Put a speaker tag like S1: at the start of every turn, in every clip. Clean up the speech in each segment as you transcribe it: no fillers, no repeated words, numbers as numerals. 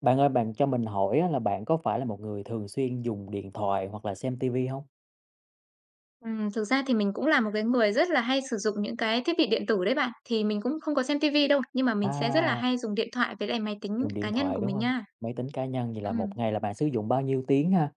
S1: Bạn ơi, bạn cho mình hỏi á là bạn có phải là một người thường xuyên dùng điện thoại hoặc là xem tivi không?
S2: Thực ra thì mình cũng là một cái người rất là hay sử dụng những cái thiết bị điện tử đấy bạn. Thì mình cũng không có xem tivi đâu, nhưng mà mình sẽ rất là
S1: À,
S2: hay dùng điện thoại với lại máy tính
S1: dùng
S2: cá
S1: điện
S2: nhân
S1: thoại,
S2: của
S1: đúng
S2: mình
S1: không?
S2: nha.
S1: Máy tính cá nhân, vậy là
S2: Ừm,
S1: một ngày là bạn sử dụng bao nhiêu tiếng ha?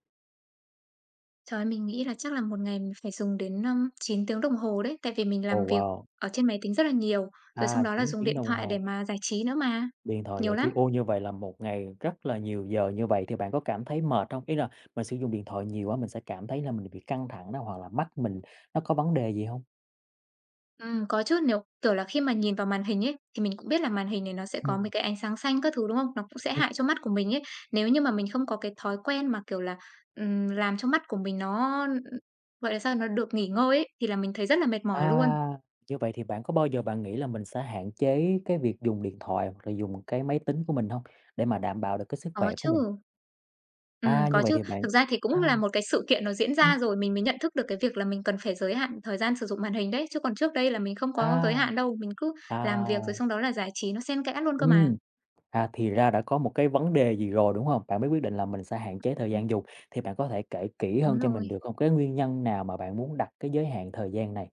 S2: Trời ơi, mình nghĩ là chắc là một ngày mình phải dùng đến, 9 tiếng đồng hồ đấy, tại vì mình
S1: Ồ,
S2: làm việc
S1: wow!
S2: ở trên máy tính rất là nhiều, rồi xong
S1: À,
S2: đó là
S1: 9
S2: dùng
S1: tiếng
S2: điện
S1: đồng
S2: thoại để
S1: hồ,
S2: mà giải trí nữa mà.
S1: điện thoại
S2: Nhiều
S1: giải
S2: lắm.
S1: trí. Ô, như vậy là một ngày rất là nhiều giờ như vậy thì bạn có cảm thấy mệt không? Ý là mình sử dụng điện thoại nhiều quá mình sẽ cảm thấy là mình bị căng thẳng đó, hoặc là mắt mình nó có vấn đề gì không?
S2: Có chứ, nếu, kiểu là, khi mà nhìn vào màn hình ấy, thì mình cũng biết là màn hình này nó sẽ có mấy
S1: Ừm.
S2: cái ánh sáng xanh các thứ, đúng không? Nó cũng sẽ hại cho mắt của mình ấy. Nếu như mà mình không có cái thói quen mà, kiểu là, làm cho mắt của mình nó, gọi là sao, nó được nghỉ ngơi ấy, thì là mình thấy rất là mệt mỏi luôn.
S1: À, như vậy thì bạn có bao giờ bạn nghĩ là mình sẽ hạn chế cái việc dùng điện thoại hoặc là dùng cái máy tính của mình không? Để mà đảm bảo được cái sức
S2: Có
S1: khỏe của
S2: chứ,
S1: mình? À, như
S2: có
S1: vậy
S2: chứ.
S1: thì bạn
S2: Thực ra thì cũng
S1: à,
S2: là một cái sự kiện nó diễn
S1: ừm,
S2: ra rồi mình mới nhận thức được cái việc là mình cần phải giới hạn thời gian sử dụng màn hình đấy, chứ còn trước đây là mình không có giới
S1: à,
S2: hạn đâu, mình cứ làm việc rồi
S1: à,
S2: xong đó là giải trí nó xen kẽ luôn cơ mà.
S1: ừm, thì ra đã có một cái vấn đề gì rồi, đúng không? Bạn mới quyết định là mình sẽ hạn chế thời
S2: Ừm,
S1: gian dùng, thì bạn có thể kể kỹ
S2: đúng
S1: hơn cho
S2: rồi.
S1: mình được không? Cái nguyên nhân nào mà bạn muốn đặt cái giới hạn thời gian này?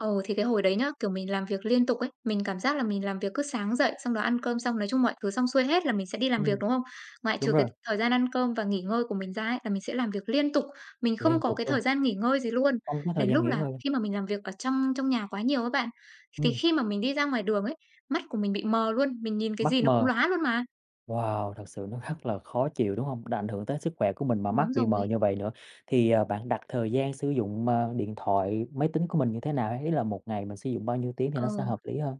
S2: Ồ, thì cái hồi đấy nhá, kiểu, mình làm việc liên tục ấy, mình cảm giác là mình làm việc cứ sáng dậy, xong đó ăn cơm xong, nói chung mọi thứ xong xuôi hết là mình sẽ đi làm việc,
S1: Ừm,
S2: đúng không? Ngoại
S1: đúng
S2: trừ cái
S1: rồi,
S2: thời gian ăn cơm và nghỉ ngơi của mình ra ấy, là mình sẽ làm việc liên tục, mình không
S1: liên
S2: có
S1: tục
S2: cái thời
S1: luôn,
S2: gian nghỉ ngơi gì luôn.
S1: không có thời
S2: Đến
S1: gian
S2: lúc
S1: nghỉ
S2: là
S1: ngơi luôn.
S2: khi mà mình làm việc ở trong trong nhà quá nhiều các bạn, thì
S1: Ừm,
S2: khi mà mình đi ra ngoài đường ấy, mắt của mình bị mờ luôn, mình nhìn cái
S1: mắt
S2: gì nó cũng
S1: mờ.
S2: lóa luôn mà.
S1: Wow, thật sự nó rất là khó chịu, đúng không? Đã ảnh hưởng tới sức khỏe của mình mà mắt
S2: Đúng
S1: bị mờ
S2: rồi.
S1: như vậy nữa, thì, bạn đặt thời gian sử dụng, điện thoại, máy tính của mình như thế nào? Hay là một ngày mình sử dụng bao nhiêu tiếng thì
S2: Ờ.
S1: nó sẽ hợp lý hơn?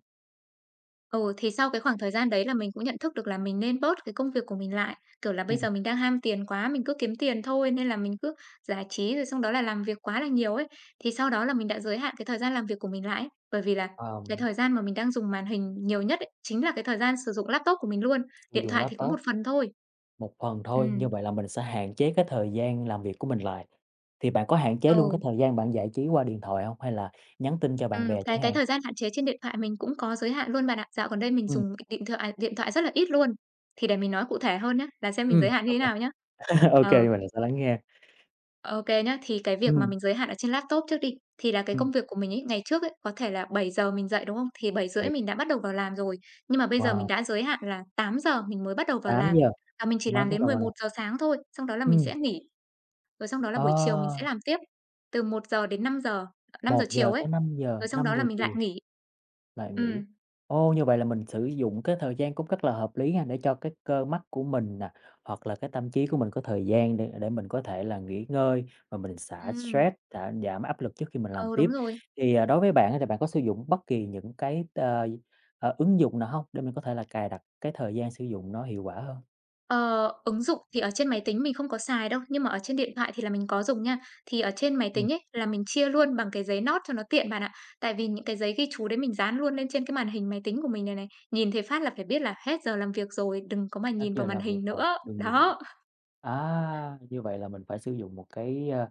S2: Ừ, thì sau cái khoảng thời gian đấy là mình cũng nhận thức được là mình nên bớt cái công việc của mình lại. Kiểu là bây
S1: Ừm.
S2: giờ mình đang ham tiền quá, mình cứ kiếm tiền thôi nên là mình cứ giải trí rồi xong đó là làm việc quá là nhiều ấy. Thì sau đó là mình đã giới hạn cái thời gian làm việc của mình lại ấy. Bởi vì là cái
S1: Ờm,
S2: thời gian mà mình đang dùng màn hình nhiều nhất ấy, chính là cái thời gian sử dụng laptop của mình luôn.
S1: sử
S2: Điện
S1: dụng
S2: thoại thì cũng
S1: laptop
S2: một phần thôi.
S1: một phần thôi,
S2: Ừm,
S1: như vậy là mình sẽ hạn chế cái thời gian làm việc của mình lại. Thì bạn có hạn chế luôn
S2: ừ,
S1: cái thời gian bạn giải trí qua điện thoại không? Hay là nhắn tin cho bạn
S2: ừm,
S1: bè
S2: cái
S1: chẳng
S2: cái
S1: hạn?
S2: thời gian hạn chế trên điện thoại mình cũng có giới hạn luôn bạn ạ. Dạo gần đây mình
S1: Ừ,
S2: dùng điện thoại rất là ít luôn. Thì để mình nói cụ thể hơn nhé là xem mình giới hạn như thế
S1: OK,
S2: nào nhá.
S1: kê, ô
S2: Ờ.
S1: kê, mình sẽ lắng nghe.
S2: OK kê nhá. Thì cái
S1: Ừ,
S2: việc mà mình giới hạn ở trên laptop trước đi, thì là cái công
S1: Ừm,
S2: việc của mình ấy, ngày trước ấy, có thể là 7 giờ mình dậy, đúng không? Thì 7:30
S1: vậy
S2: mình đã bắt đầu vào làm rồi, nhưng mà bây giờ mình
S1: Wow,
S2: đã giới hạn là 8 giờ mình mới bắt đầu vào làm,
S1: 8:00
S2: và mình chỉ
S1: mới
S2: làm
S1: bắt
S2: đến
S1: đầu
S2: mười
S1: vào
S2: một
S1: làm.
S2: giờ sáng thôi, xong đó là mình sẽ
S1: Ừm,
S2: nghỉ, rồi xong đó là
S1: ờ.
S2: buổi chiều mình sẽ làm tiếp, từ 1 giờ đến 5 giờ, năm giờ
S1: Một
S2: chiều
S1: giờ
S2: ấy,
S1: tới năm giờ
S2: rồi xong
S1: năm
S2: đó là
S1: giờ
S2: mình lại
S1: chiều
S2: nghỉ.
S1: là nghỉ.
S2: Ừm,
S1: Ô, như vậy là mình sử dụng cái thời gian cũng rất là hợp lý ha, để cho cái cơ mắt của mình nè, hoặc là cái tâm trí của mình có thời gian để mình có thể là nghỉ ngơi và mình xả
S2: ừm,
S1: stress, xả giảm áp lực trước khi mình làm
S2: ừ, đúng
S1: tiếp.
S2: rồi.
S1: Thì, đối với bạn á, thì bạn có sử dụng bất kỳ những cái, ứng dụng nào không để mình có thể là cài đặt cái thời gian sử dụng nó hiệu quả hơn?
S2: Ờ, ứng dụng thì ở trên máy tính mình không có xài đâu, nhưng mà ở trên điện thoại thì là mình có dùng nha. Thì ở trên máy
S1: Ừm,
S2: tính ấy là mình chia luôn bằng cái giấy note cho nó tiện bạn ạ. Tại vì những cái giấy ghi chú đấy mình dán luôn lên trên cái màn hình máy tính của mình này này. Nhìn thấy phát là phải biết là hết giờ làm việc rồi, đừng có mà
S1: hết
S2: nhìn vào
S1: giờ
S2: màn
S1: làm việc
S2: hình
S1: rồi,
S2: nữa.
S1: đừng dùng.
S2: Đó.
S1: À, như vậy là mình phải sử dụng một cái, a,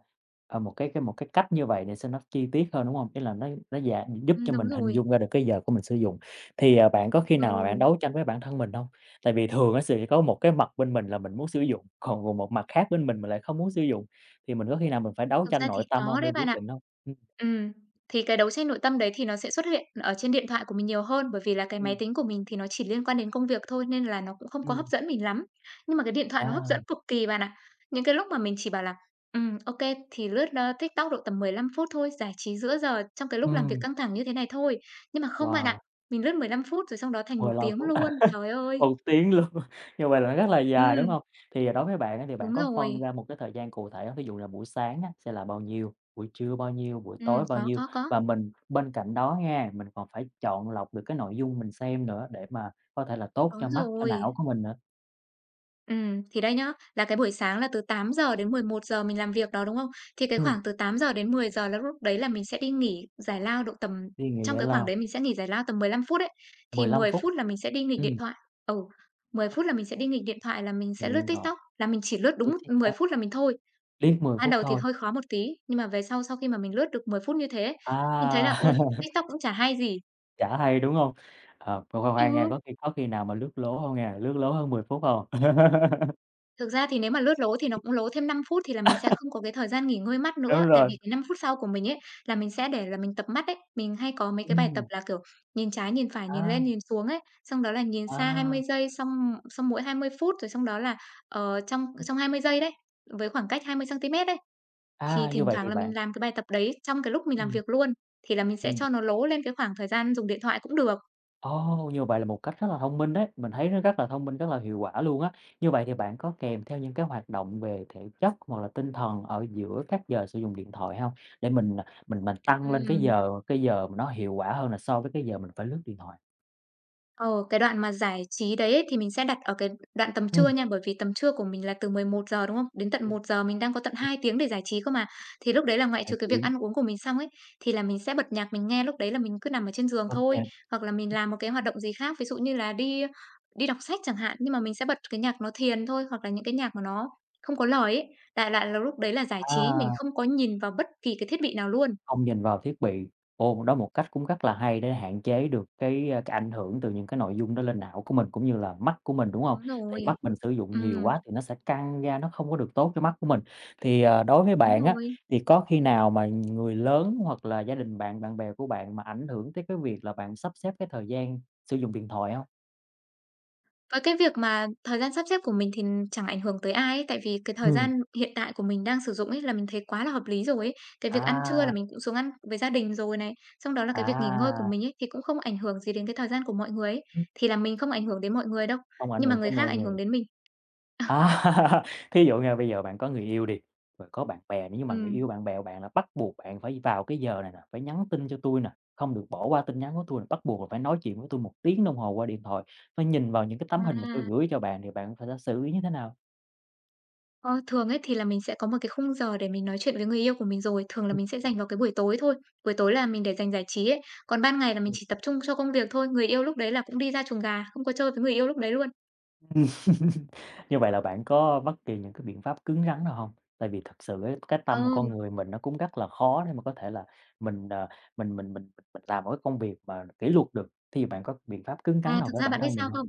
S1: à, một cái một cái cách như vậy để xem nó chi tiết hơn, đúng hông? Ý là nó dạ giúp cho
S2: Đúng
S1: mình hình
S2: rồi.
S1: dung ra được cái giờ của mình sử dụng. Thì, bạn có khi nào mà bạn
S2: Ừ.
S1: đấu tranh với bản thân mình hông? Tại vì thường á sẽ có một cái mặt bên mình là mình muốn sử dụng, còn còn một mặt khác bên mình lại không muốn sử dụng, thì mình có khi nào mình phải đấu
S2: Thực
S1: tranh
S2: ra thì
S1: nội tâm
S2: có
S1: hông để
S2: đấy bạn
S1: quyết
S2: ạ.
S1: định hông?
S2: Ừm, thì cái đấu tranh nội tâm đấy thì nó sẽ xuất hiện ở trên điện thoại của mình nhiều hơn, bởi vì là cái máy
S1: Ừm,
S2: tính của mình thì nó chỉ liên quan đến công việc thôi nên là nó cũng không có hấp
S1: ừm,
S2: dẫn mình lắm. Nhưng mà cái điện thoại nó hấp dẫn
S1: à,
S2: cực kỳ bạn ạ. Những cái lúc mà mình chỉ bảo là, ok thì lướt, TikTok độ tầm 15 phút thôi, giải trí giữa giờ trong cái lúc làm việc
S1: ừm,
S2: căng thẳng như thế này thôi. Nhưng mà không bạn ạ,
S1: wow,
S2: mình lướt 15 phút rồi xong đó thành một
S1: 15
S2: tiếng
S1: phút.
S2: luôn. Trời ơi!
S1: 1 tiếng luôn, như vậy là rất là dài, đúng
S2: Ừm,
S1: hông? Thì, đối với bạn á thì bạn
S2: đúng
S1: có phân
S2: rồi.
S1: ra một cái thời gian cụ thể hông? Ví dụ là buổi sáng á sẽ là bao nhiêu, buổi trưa bao nhiêu, buổi tối bao nhiêu?
S2: Có, có.
S1: Và mình bên cạnh đó nha, mình còn phải chọn lọc được cái nội dung mình xem nữa để mà có thể là tốt cho
S2: Đúng
S1: mắt, cho
S2: rồi.
S1: não của mình nữa.
S2: Thì đấy nhá, là cái buổi sáng là từ 8 giờ đến 11 giờ mình làm việc đó, đúng không? Thì cái
S1: Ừm,
S2: khoảng từ 8 giờ đến 10 giờ là lúc đấy là mình sẽ đi nghỉ giải lao độ tầm
S1: thì nghĩ
S2: trong
S1: vậy
S2: cái khoảng
S1: là
S2: đấy mình sẽ nghỉ giải lao tầm 15 phút ấy, thì
S1: 15
S2: 10
S1: phút,
S2: phút là mình sẽ đi nghịch điện
S1: ừm,
S2: thoại. Ừ, mười
S1: đó,
S2: phút là mình sẽ đi nghịch điện thoại là mình sẽ
S1: mình
S2: lướt
S1: điện thoại,
S2: TikTok, là mình chỉ lướt
S1: lướt
S2: đúng 10
S1: TikTok,
S2: phút là mình thôi.
S1: liếc 10
S2: Ban
S1: phút
S2: đầu thì
S1: thôi,
S2: hơi khó một tí, nhưng mà về sau, sau khi mà mình lướt được 10 phút như thế mình thấy
S1: à,
S2: là, ôi, TikTok cũng chả hay gì.
S1: chả hay, đúng hông? Ờ, thôi khoan khoan nha,
S2: Ừ.
S1: có khi nào mà lướt lố hông nha, lướt lố hơn 10 phút hông?
S2: Thực ra thì nếu mà lướt lố thì nó cũng lố thêm 5 phút thì là mình sẽ không có cái thời gian nghỉ ngơi mắt nữa,
S1: Đúng
S2: tại
S1: rồi,
S2: vì cái 5 phút sau của mình ấy, là mình sẽ để là mình tập mắt ấy. Mình hay có mấy cái bài tập
S1: ừm.
S2: là, kiểu, nhìn trái, nhìn phải, nhìn
S1: À,
S2: lên, nhìn xuống ấy, xong đó là nhìn xa hai
S1: à,
S2: mươi giây, xong xong mỗi 20 phút, rồi xong đó là, trong
S1: ừm,
S2: trong 20 giây đấy, với khoảng cách 20 cm centimet đấy, thì
S1: à, như
S2: thỉnh
S1: vậy
S2: thoảng
S1: thì
S2: là
S1: bạn
S2: mình làm cái bài tập đấy trong cái lúc mình làm
S1: ừm,
S2: việc luôn, thì là mình sẽ
S1: ừm,
S2: cho nó lố lên cái khoảng thời gian dùng điện thoại cũng được.
S1: ồ, như vậy là một cách rất là thông minh đấy, mình thấy nó rất là thông minh, rất là hiệu quả luôn á. Như vậy thì bạn có kèm theo những cái hoạt động về thể chất hoặc là tinh thần ở giữa các giờ sử dụng điện thoại hông? Để mình, mình tăng lên cái
S2: Ừm.
S1: giờ cái giờ mà nó hiệu quả hơn là so với cái giờ mình phải lướt điện thoại.
S2: Ồ, cái đoạn mà giải trí đấy ấy, thì mình sẽ đặt ở cái đoạn tầm trưa
S1: Ừm,
S2: nha, bởi vì tầm trưa của mình là từ 11 giờ đúng không? Đến tận
S1: ừm,
S2: 1 giờ mình đang có tận
S1: ừm,
S2: 2 tiếng để giải trí cơ mà. Thì lúc đấy là ngoại trừ cái việc
S1: tiếng,
S2: ăn uống của mình xong ấy, thì là mình sẽ bật nhạc mình nghe, lúc đấy là mình cứ nằm ở trên giường
S1: bật
S2: thôi,
S1: nhạc,
S2: hoặc là mình làm một cái hoạt động gì khác, ví dụ như là đi đi đọc sách chẳng hạn, nhưng mà mình sẽ bật cái nhạc nó thiền thôi, hoặc là những cái nhạc mà nó không có lời ấy. Đại loại là lúc đấy là giải trí, mình
S1: à.
S2: không có nhìn vào bất kỳ cái thiết bị nào luôn.
S1: Không nhìn vào thiết bị. Ồ, đó một cách cũng rất là hay để hạn chế được cái, cái ảnh hưởng từ những cái nội dung đó lên não của mình, cũng như là mắt của mình, đúng hông?
S2: Đúng
S1: Thì
S2: rồi.
S1: mắt mình sử dụng nhiều quá
S2: Ừm,
S1: thì nó sẽ căng ra, nó không có được tốt cho mắt của mình. Thì, đối với
S2: đúng
S1: bạn á,
S2: rồi.
S1: thì có khi nào mà người lớn hoặc là gia đình bạn, bạn bè của bạn mà ảnh hưởng tới cái việc là bạn sắp xếp cái thời gian sử dụng điện thoại hông?
S2: Với cái việc mà thời gian sắp xếp của mình thì chẳng ảnh hưởng tới ai ấy, tại vì cái thời
S1: Ừm,
S2: gian hiện tại của mình đang sử dụng ấy là mình thấy quá là hợp lý rồi ấy. Cái việc ăn trưa là
S1: à,
S2: mình cũng xuống ăn với gia đình rồi này, xong đó là cái việc nghỉ ngơi của
S1: à,
S2: mình ấy thì cũng không ảnh hưởng gì đến cái thời gian của mọi người ấy, thì là mình không ảnh hưởng đến mọi người đâu,
S1: hông ảnh
S2: nhưng mà
S1: hưởng tới
S2: người khác
S1: mọi
S2: ảnh hưởng
S1: người.
S2: đến mình.
S1: À, thí dụ nha, bây giờ bạn có người yêu đi, rồi có bạn bè nữa, nhưng mà người yêu
S2: Ừm,
S1: bạn bè của bạn là bắt buộc bạn phải vào cái giờ này nè, phải nhắn tin cho tôi nè, không được bỏ qua tin nhắn của tôi nè, bắt buộc là phải nói chuyện với tôi 1 tiếng đồng hồ qua điện thoại, phải nhìn vào những cái tấm hình mà tôi
S2: à.
S1: gửi cho bạn thì bạn phải đã xử lý như thế nào?
S2: Ờ, thường ấy thì là mình sẽ có một cái khung giờ để mình nói chuyện với người yêu của mình rồi, thường là
S1: Ừm,
S2: mình sẽ dành vào cái buổi tối thôi. Buổi tối là mình để dành giải trí ấy, còn ban ngày là mình
S1: ừm.
S2: chỉ tập trung cho công việc thôi. Người yêu lúc đấy là cũng đi ra chuồng gà, không có chơi với người yêu lúc đấy luôn.
S1: Như vậy là bạn có bất kỳ những cái biện pháp cứng rắn nào không? Tại vì thật sự á, cái
S2: Ờ,
S1: tâm con người mình nó cũng rất là khó để mà có thể là mình, ờ, mình làm một cái công việc mà kỷ luật được, thì bạn có biện pháp cứng rắn
S2: à,
S1: nào
S2: thực
S1: với
S2: ra
S1: bản
S2: bạn biết
S1: thân mình
S2: sao
S1: không?
S2: không?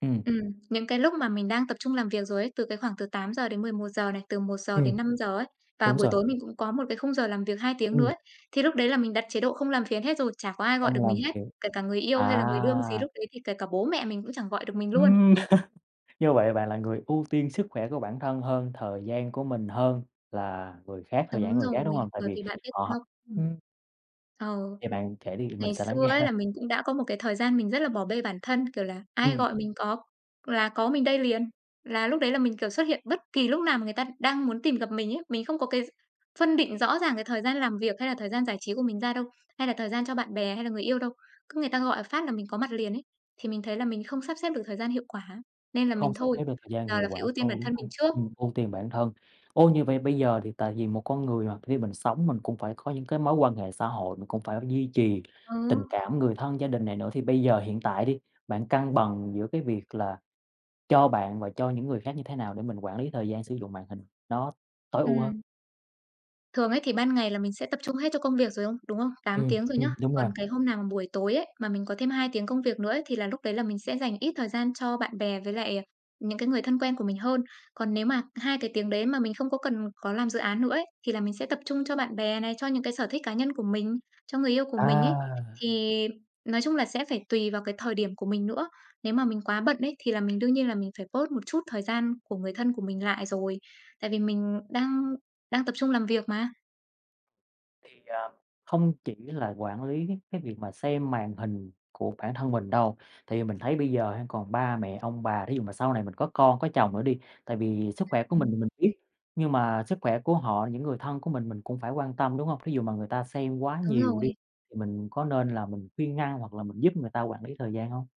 S1: Ừm.
S2: Ừm, những cái lúc mà mình đang tập trung làm việc rồi ấy, từ cái khoảng từ 8 giờ đến 11 giờ này, từ 1 giờ
S1: Ừm.
S2: đến 5 giờ ấy, và
S1: Đúng
S2: buổi
S1: rồi.
S2: tối mình cũng có một cái khung giờ làm việc 2 tiếng nữa
S1: Ừm.
S2: ấy, thì lúc đấy là mình đặt chế độ không làm phiền hết rồi, chả có ai gọi được
S1: Không
S2: mình
S1: làm
S2: hết,
S1: thiệt
S2: kể cả người yêu hay là
S1: à?
S2: người đương gì lúc đấy thì kể cả bố mẹ mình cũng chẳng gọi được mình luôn.
S1: Ừm. Như vậy bạn là người ưu tiên sức khỏe của bản thân hơn, thời gian của mình hơn là người khác, thời gian
S2: Đúng
S1: của người khác, đúng
S2: rồi,
S1: hông? Tại
S2: bởi
S1: vì
S2: vì bạn biết sao
S1: họ
S2: ừm,
S1: ừm,
S2: ờ,
S1: thì bạn kể đi
S2: ngày
S1: mình sẽ lắng
S2: xưa
S1: nghe.
S2: ấy là mình cũng đã có một cái thời gian mình rất là bỏ bê bản thân, kiểu là, ai
S1: Ừm,
S2: gọi mình có là có mình đây liền, là lúc đấy là mình, kiểu, xuất hiện bất kỳ lúc nào mà người ta đang muốn tìm gặp mình ấy. Mình không có cái phân định rõ ràng cái thời gian làm việc hay là thời gian giải trí của mình ra đâu, hay là thời gian cho bạn bè hay là người yêu đâu. Cứ người ta gọi phát là mình có mặt liền ấy, thì mình thấy là mình không sắp xếp được thời gian hiệu quả, nên là mình
S1: không sắp
S2: thôi,
S1: xếp được thời gian
S2: giờ là
S1: hiệu quả
S2: phải ưu tiên bản
S1: thôi, đúng
S2: thân mình
S1: hông?
S2: trước.
S1: Ưu tiên bản thân. Ô, như vậy bây giờ thì tại vì một con người mà khi mình sống mình cũng phải có những cái mối quan hệ xã hội, mình cũng phải duy trì
S2: Ừ,
S1: tình cảm, người thân, gia đình này nữa, thì bây giờ hiện tại đi, bạn cân bằng giữa cái việc là cho bạn và cho những người khác như thế nào để mình quản lý thời gian sử dụng màn hình nó tối ưu hơn?
S2: ừm. Thường ấy thì ban ngày là mình sẽ tập trung hết cho công việc rồi không? Đúng không? tám tiếng rồi nhá.
S1: Đúng rồi.
S2: Còn cái hôm nào mà buổi tối ấy, mà mình có thêm 2 tiếng công việc nữa ấy, thì là lúc đấy là mình sẽ dành ít thời gian cho bạn bè với lại những cái người thân quen của mình hơn. Còn nếu mà 2 cái tiếng đấy mà mình không có cần có làm dự án nữa ấy, thì là mình sẽ tập trung cho bạn bè này, cho những cái sở thích cá nhân của mình, cho người yêu của mình ấy.
S1: À!
S2: Thì nói chung là sẽ phải tùy vào cái thời điểm của mình nữa. Nếu mà mình quá bận ấy thì là mình đương nhiên là mình phải bớt một chút thời gian của người thân của mình lại rồi. Tại vì mình đang đang tập trung làm việc mà.
S1: Thì, không chỉ là quản lý cái việc mà xem màn hình của bản thân mình đâu, tại vì mình thấy bây giờ ha, còn ba mẹ, ông bà, thí dụ mà sau này mình có con, có chồng nữa đi, tại vì sức khỏe của mình
S2: Ừm,
S1: thì mình biết, nhưng mà sức khỏe của họ, những người thân của mình cũng phải quan tâm, đúng hông? Thí dụ mà người ta xem quá
S2: đúng
S1: nhiều đi,
S2: rồi.
S1: thì mình có nên là mình khuyên ngăn hoặc là mình giúp người ta quản lý thời gian hông?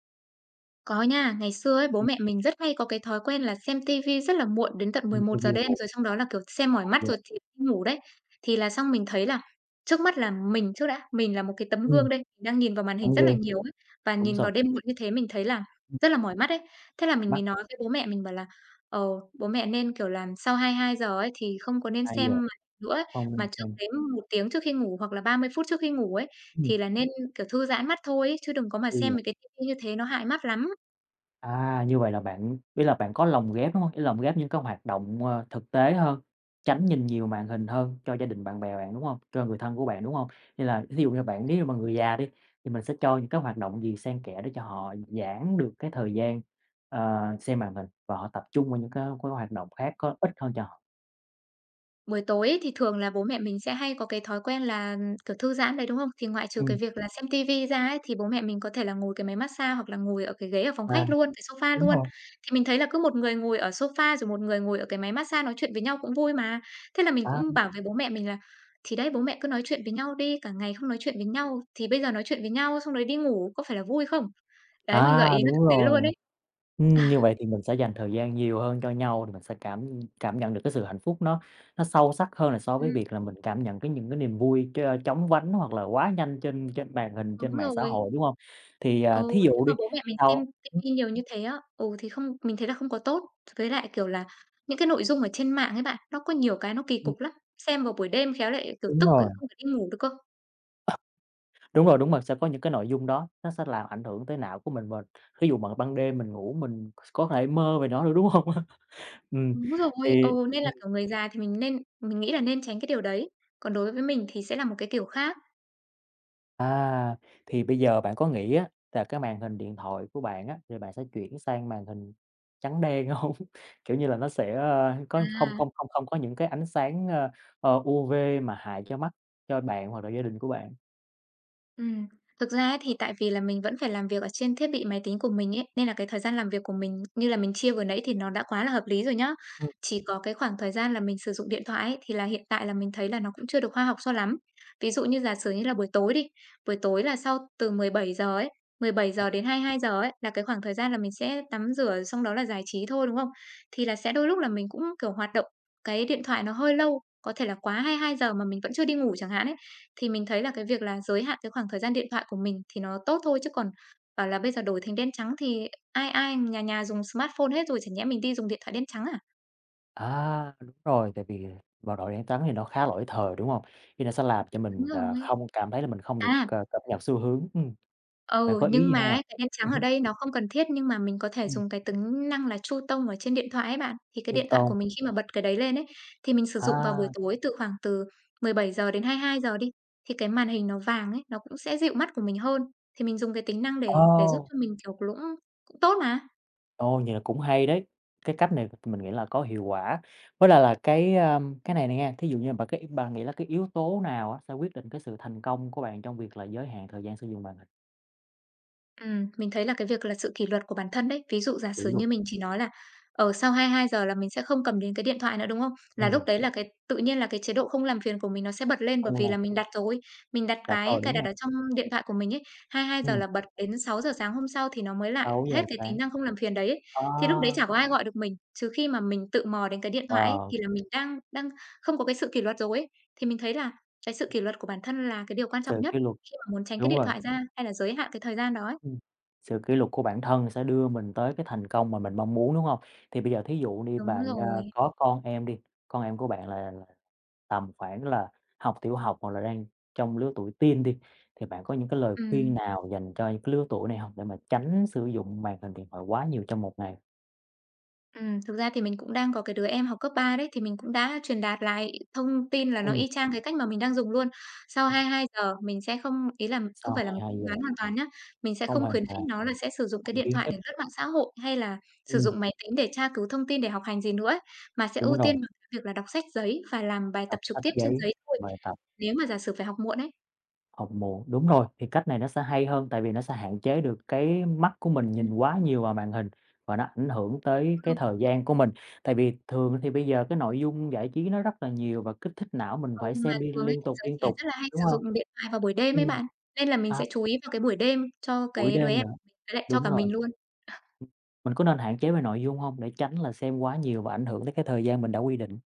S2: Có nha, ngày xưa ấy, bố
S1: Ừm.
S2: mẹ mình rất hay có cái thói quen là xem tivi rất là muộn đến tận
S1: Xem
S2: mười
S1: ti
S2: một giờ
S1: vi
S2: đêm,
S1: 1-1
S2: rồi xong đó là, kiểu, xem mỏi mắt
S1: giờ.
S2: rồi thì ngủ đấy. Thì là xong mình thấy là trước mắt là mình trước đã, mình là một cái tấm
S1: Ừm.
S2: gương đây, mình đang nhìn vào màn hình
S1: Tấm
S2: rất là
S1: gương,
S2: nhiều ấy, và
S1: đúng
S2: nhìn
S1: rồi,
S2: vào đêm muộn như thế mình thấy là
S1: ừm,
S2: rất là mỏi mắt ấy. Thế là
S1: mỏi
S2: mình mới
S1: mắt
S2: nói với bố mẹ mình bảo là "Ờ, bố mẹ nên, kiểu làm sau 22:00 ấy thì không có nên
S1: hai
S2: xem
S1: giờ
S2: màn hình nữa ấy,
S1: không
S2: mà
S1: nên
S2: trước
S1: xem,
S2: đến 1 tiếng trước khi ngủ hoặc là 30 phút trước khi ngủ ấy,
S1: ừm,
S2: thì là nên, kiểu, thư giãn mắt thôi ấy, chứ đừng có mà xem
S1: 4:00.
S2: mấy cái tivi như thế nó hại mắt lắm."
S1: À, như vậy là bạn ý là bạn có lồng ghép, đúng hông? Ý lồng ghép những cái hoạt động, thực tế hơn, tránh nhìn nhiều màn hình hơn cho gia đình bạn bè bạn, đúng hông? Cho người thân của bạn, đúng hông? Như là thí dụ như bạn nếu mà người già đi, thì mình sẽ cho những cái hoạt động gì xen kẽ để cho họ giãn được cái thời gian, xem màn hình và họ tập trung vào những cái hoạt động khác có ích hơn cho họ.
S2: Buổi tối ấy thì thường là bố mẹ mình sẽ hay có cái thói quen là, kiểu, thư giãn đấy, đúng không? Thì ngoại trừ cái
S1: Ừm,
S2: việc là xem ti ra ấy, thì bố mẹ mình có thể là ngồi cái máy massage hoặc là ngồi ở cái ghế ở phòng
S1: và
S2: khách luôn, cái sofa
S1: đúng
S2: luôn.
S1: rồi,
S2: Thì mình thấy là cứ một người ngồi ở sofa rồi một người ngồi ở cái máy massage nói chuyện với nhau cũng vui mà. Thế là mình
S1: à,
S2: cũng bảo với bố mẹ mình là "Thì đấy, bố mẹ cứ nói chuyện với nhau đi, cả ngày không nói chuyện với nhau thì bây giờ nói chuyện với nhau xong rồi đi ngủ có phải là vui không?" Đấy, mình gợi ý nó
S1: đúng
S2: thực tế luôn ấy.
S1: rồi. Như vậy thì mình sẽ dành thời gian nhiều hơn cho nhau thì mình sẽ cảm cảm nhận được cái sự hạnh phúc nó sâu sắc hơn là so với
S2: Ừm,
S1: việc là mình cảm nhận cái những cái niềm vui chóng vánh hoặc là quá nhanh trên trên màn hình,
S2: đúng
S1: trên mạng xã
S2: rồi.
S1: hội, đúng không? Thì,
S2: Ừ,
S1: thí
S2: nếu
S1: dụ đi,
S2: mà bố mẹ mình
S1: sau
S2: xem ti
S1: ừm,
S2: vi nhiều như thế á, ừ, thì không mình thấy là không có tốt. Với lại, kiểu là, những cái nội dung ở trên mạng ấy bạn, nó có nhiều cái nó kỳ
S1: ừm,
S2: cục lắm, xem vào buổi đêm khéo lại, kiểu,
S1: đúng
S2: tức
S1: rồi,
S2: không thể đi ngủ được cơ.
S1: đúng rồi, đúng rồi, sẽ có những cái nội dung đó nó sẽ làm ảnh hưởng tới não của mình thí dụ mà ban đêm mình ngủ mình có thể mơ về nó nữa, đúng không? Ừm,
S2: Đúng rồi,
S1: thì
S2: ừ, nên là, kiểu, người già thì mình nên mình nghĩ là nên tránh cái điều đấy, còn đối với mình thì sẽ là một cái kiểu khác.
S1: À, thì bây giờ bạn có nghĩ á là cái màn hình điện thoại của bạn á, rồi bạn sẽ chuyển sang màn hình trắng đen hông? Kiểu như là, nó sẽ, có không
S2: À.
S1: không không không có những cái ánh sáng, UV mà hại cho mắt cho bạn hoặc là gia đình của bạn.
S2: Ừm, thực ra ấy thì tại vì là mình vẫn phải làm việc ở trên thiết bị máy tính của mình ấy, nên là cái thời gian làm việc của mình như là mình chia vừa nãy thì nó đã quá là hợp lý rồi nhá.
S1: Ừm.
S2: Chỉ có cái khoảng thời gian là mình sử dụng điện thoại ấy, thì là hiện tại là mình thấy là nó cũng chưa được khoa học cho lắm. Ví dụ như giả sử như là buổi tối đi, buổi tối là sau từ 17 giờ ấy, 17 giờ đến hai hai mươi hai giờ ấy là cái khoảng thời gian là mình sẽ tắm rửa xong đó là giải trí thôi, đúng không? Thì là sẽ đôi lúc là mình cũng, kiểu, hoạt động cái điện thoại nó hơi lâu, có thể là quá hai hai mươi hai giờ mà mình vẫn chưa đi ngủ chẳng hạn ấy, thì mình thấy là cái việc là giới hạn cái khoảng thời gian điện thoại của mình thì nó tốt thôi, chứ còn bảo là bây giờ đổi thành đen trắng thì ai ai nhà nhà dùng smartphone hết rồi, chả nhẽ mình đi dùng điện thoại đen trắng à?
S1: À, đúng rồi, tại vì màu đỏ đen trắng thì nó khá lỗi thời, đúng hông? Thì nó sẽ làm cho
S2: Đúng
S1: mình,
S2: rồi.
S1: không cảm thấy là mình không được,
S2: À,
S1: cập nhật xu hướng. Bạn
S2: ừ,
S1: có ý
S2: nhưng
S1: gì
S2: mà
S1: hông ạ?
S2: ấy, cái đen trắng ở đây nó không cần thiết, nhưng mà mình có thể
S1: Ừm,
S2: dùng cái tính năng là Chu tông ở trên điện thoại ấy bạn. Thì cái
S1: Lưu
S2: điện thoại của
S1: Tông,
S2: mình khi mà bật cái đấy lên ấy, thì mình sử dụng vào buổi
S1: à,
S2: tối từ khoảng từ 17 giờ đến hai hai mươi hai giờ đi, thì cái màn hình nó vàng ấy, nó cũng sẽ dịu mắt của mình hơn. Thì mình dùng cái tính năng để
S1: ồ!
S2: để giúp cho mình, kiểu, cũng cũng tốt mà.
S1: Ồ, vậy là cũng hay đấy. Cái cách này mình nghĩ là có hiệu quả. Với lại là cái, cái này này nha, thí dụ như bạn cái bạn nghĩ là cái yếu tố nào á sẽ quyết định cái sự thành công của bạn trong việc là giới hạn thời gian sử dụng màn hình?
S2: Mình thấy là cái việc là sự kỷ luật của bản thân đấy. Ví dụ giả
S1: Kỷ
S2: sử
S1: luật,
S2: như mình chỉ nói là, ở sau 22 giờ là mình sẽ không cầm đến cái điện thoại nữa, đúng không? Là lúc
S1: ừm,
S2: đấy là cái tự nhiên là cái chế độ không làm phiền của mình nó sẽ bật lên, bởi
S1: không
S2: vì
S1: làm
S2: là mình
S1: việc
S2: đặt rồi, mình đặt
S1: đặt
S2: cái
S1: rồi,
S2: cài
S1: đúng
S2: đặt
S1: không?
S2: ở trong điện thoại của mình ấy, 22 giờ
S1: Hông?
S2: là bật đến 6 giờ sáng hôm sau thì nó mới lại
S1: sáu giờ
S2: hết cái tính
S1: sáng.
S2: năng không làm phiền đấy ấy.
S1: Ờ,
S2: Thì lúc đấy chả có ai gọi được mình, trừ khi mà mình tự mò đến cái điện thoại ấy,
S1: ờ,
S2: thì là mình đang đang không có cái sự kỷ luật rồi ấy. Thì mình thấy là cái sự kỷ luật của bản thân là cái điều quan trọng
S1: sự
S2: nhất
S1: kỷ luật,
S2: khi mà muốn tránh cái
S1: đúng
S2: điện
S1: rồi,
S2: thoại ra hay là giới hạn cái thời gian đó ấy.
S1: ừm, sự kỷ luật của bản thân sẽ đưa mình tới cái thành công mà mình mong muốn, đúng không? Thì bây giờ thí dụ đi
S2: Đúng
S1: bạn,
S2: rồi.
S1: có con em đi, con em của bạn là tầm khoảng là học tiểu học hoặc là đang trong lứa tuổi teen đi, thì bạn có những cái lời
S2: Ừm,
S1: khuyên nào dành cho những cái lứa tuổi này hông? Để mà tránh sử dụng màn hình điện thoại quá nhiều trong một ngày.
S2: thực ra thì mình cũng đang có cái đứa em học cấp 3 đấy, thì mình cũng đã truyền đạt lại thông tin là nó
S1: Ừm,
S2: y chang cái cách mà mình đang dùng luôn. Sau
S1: ừm,
S2: 22 giờ mình sẽ không ý là không
S1: sau
S2: phải là mình cấm
S1: 22:00
S2: đoán hoàn toàn nhá, mình sẽ
S1: không
S2: không
S1: hoàn
S2: khuyến
S1: toàn
S2: khích nó là sẽ sử dụng cái
S1: không
S2: điện
S1: khuyến
S2: thoại
S1: khích.
S2: để lướt mạng xã hội, hay là sử
S1: Ừm,
S2: dụng máy tính để tra cứu thông tin để học hành gì nữa ấy, mà sẽ
S1: đúng
S2: ưu tiên
S1: rồi,
S2: bằng cái việc là đọc sách giấy và làm bài tập
S1: đọc
S2: trực
S1: sách
S2: tiếp trên
S1: giấy,
S2: giấy thôi,
S1: bài tập.
S2: nếu mà giả sử phải học muộn ấy.
S1: Hồng mù, đúng rồi, thì cách này nó sẽ hay hơn, tại vì nó sẽ hạn chế được cái mắt của mình
S2: Ừm.
S1: nhìn quá nhiều vào màn hình và nó ảnh hưởng tới cái thời gian của mình. Tại vì thường thì bây giờ cái nội dung giải trí nó rất là nhiều và kích thích não mình
S2: Ừ,
S1: phải
S2: mà
S1: xem đi
S2: thường ấy thì giới
S1: liên
S2: trẻ
S1: tục,
S2: rất là hay
S1: đúng
S2: sử
S1: không?
S2: dụng điện thoại vào buổi đêm ấy
S1: Ừm,
S2: bạn, nên là mình
S1: à,
S2: sẽ chú ý vào cái buổi đêm cho
S1: buổi
S2: cái đứa
S1: đêm
S2: em
S1: nữa,
S2: của mình với lại cho
S1: đúng
S2: cả
S1: rồi,
S2: mình luôn.
S1: mình có nên hạn chế về nội dung hông để tránh là xem quá nhiều và ảnh hưởng tới cái thời gian mình đã quy định?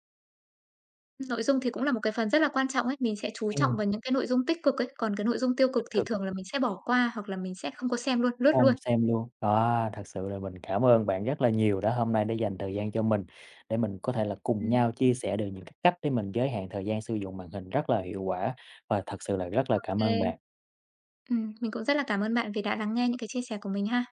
S2: Nội dung thì cũng là một cái phần rất là quan trọng ấy, mình sẽ chú trọng
S1: Ừm,
S2: vào những cái nội dung tích cực ấy, còn cái nội dung tiêu cực
S1: tích
S2: thì
S1: cực.
S2: thường là mình sẽ bỏ qua hoặc là mình sẽ không có xem luôn, lướt
S1: Hông,
S2: luôn.
S1: xem luôn. Đó, thật sự là mình cảm ơn bạn rất là nhiều đã hôm nay đã dành thời gian cho mình, để mình có thể là cùng
S2: Ừm,
S1: nhau chia sẻ được những cái cách để mình giới hạn thời gian sử dụng màn hình rất là hiệu quả, và thật sự là rất là cảm
S2: ô.
S1: ơn bạn.
S2: Mình cũng rất là cảm ơn bạn vì đã lắng nghe những cái chia sẻ của mình ha.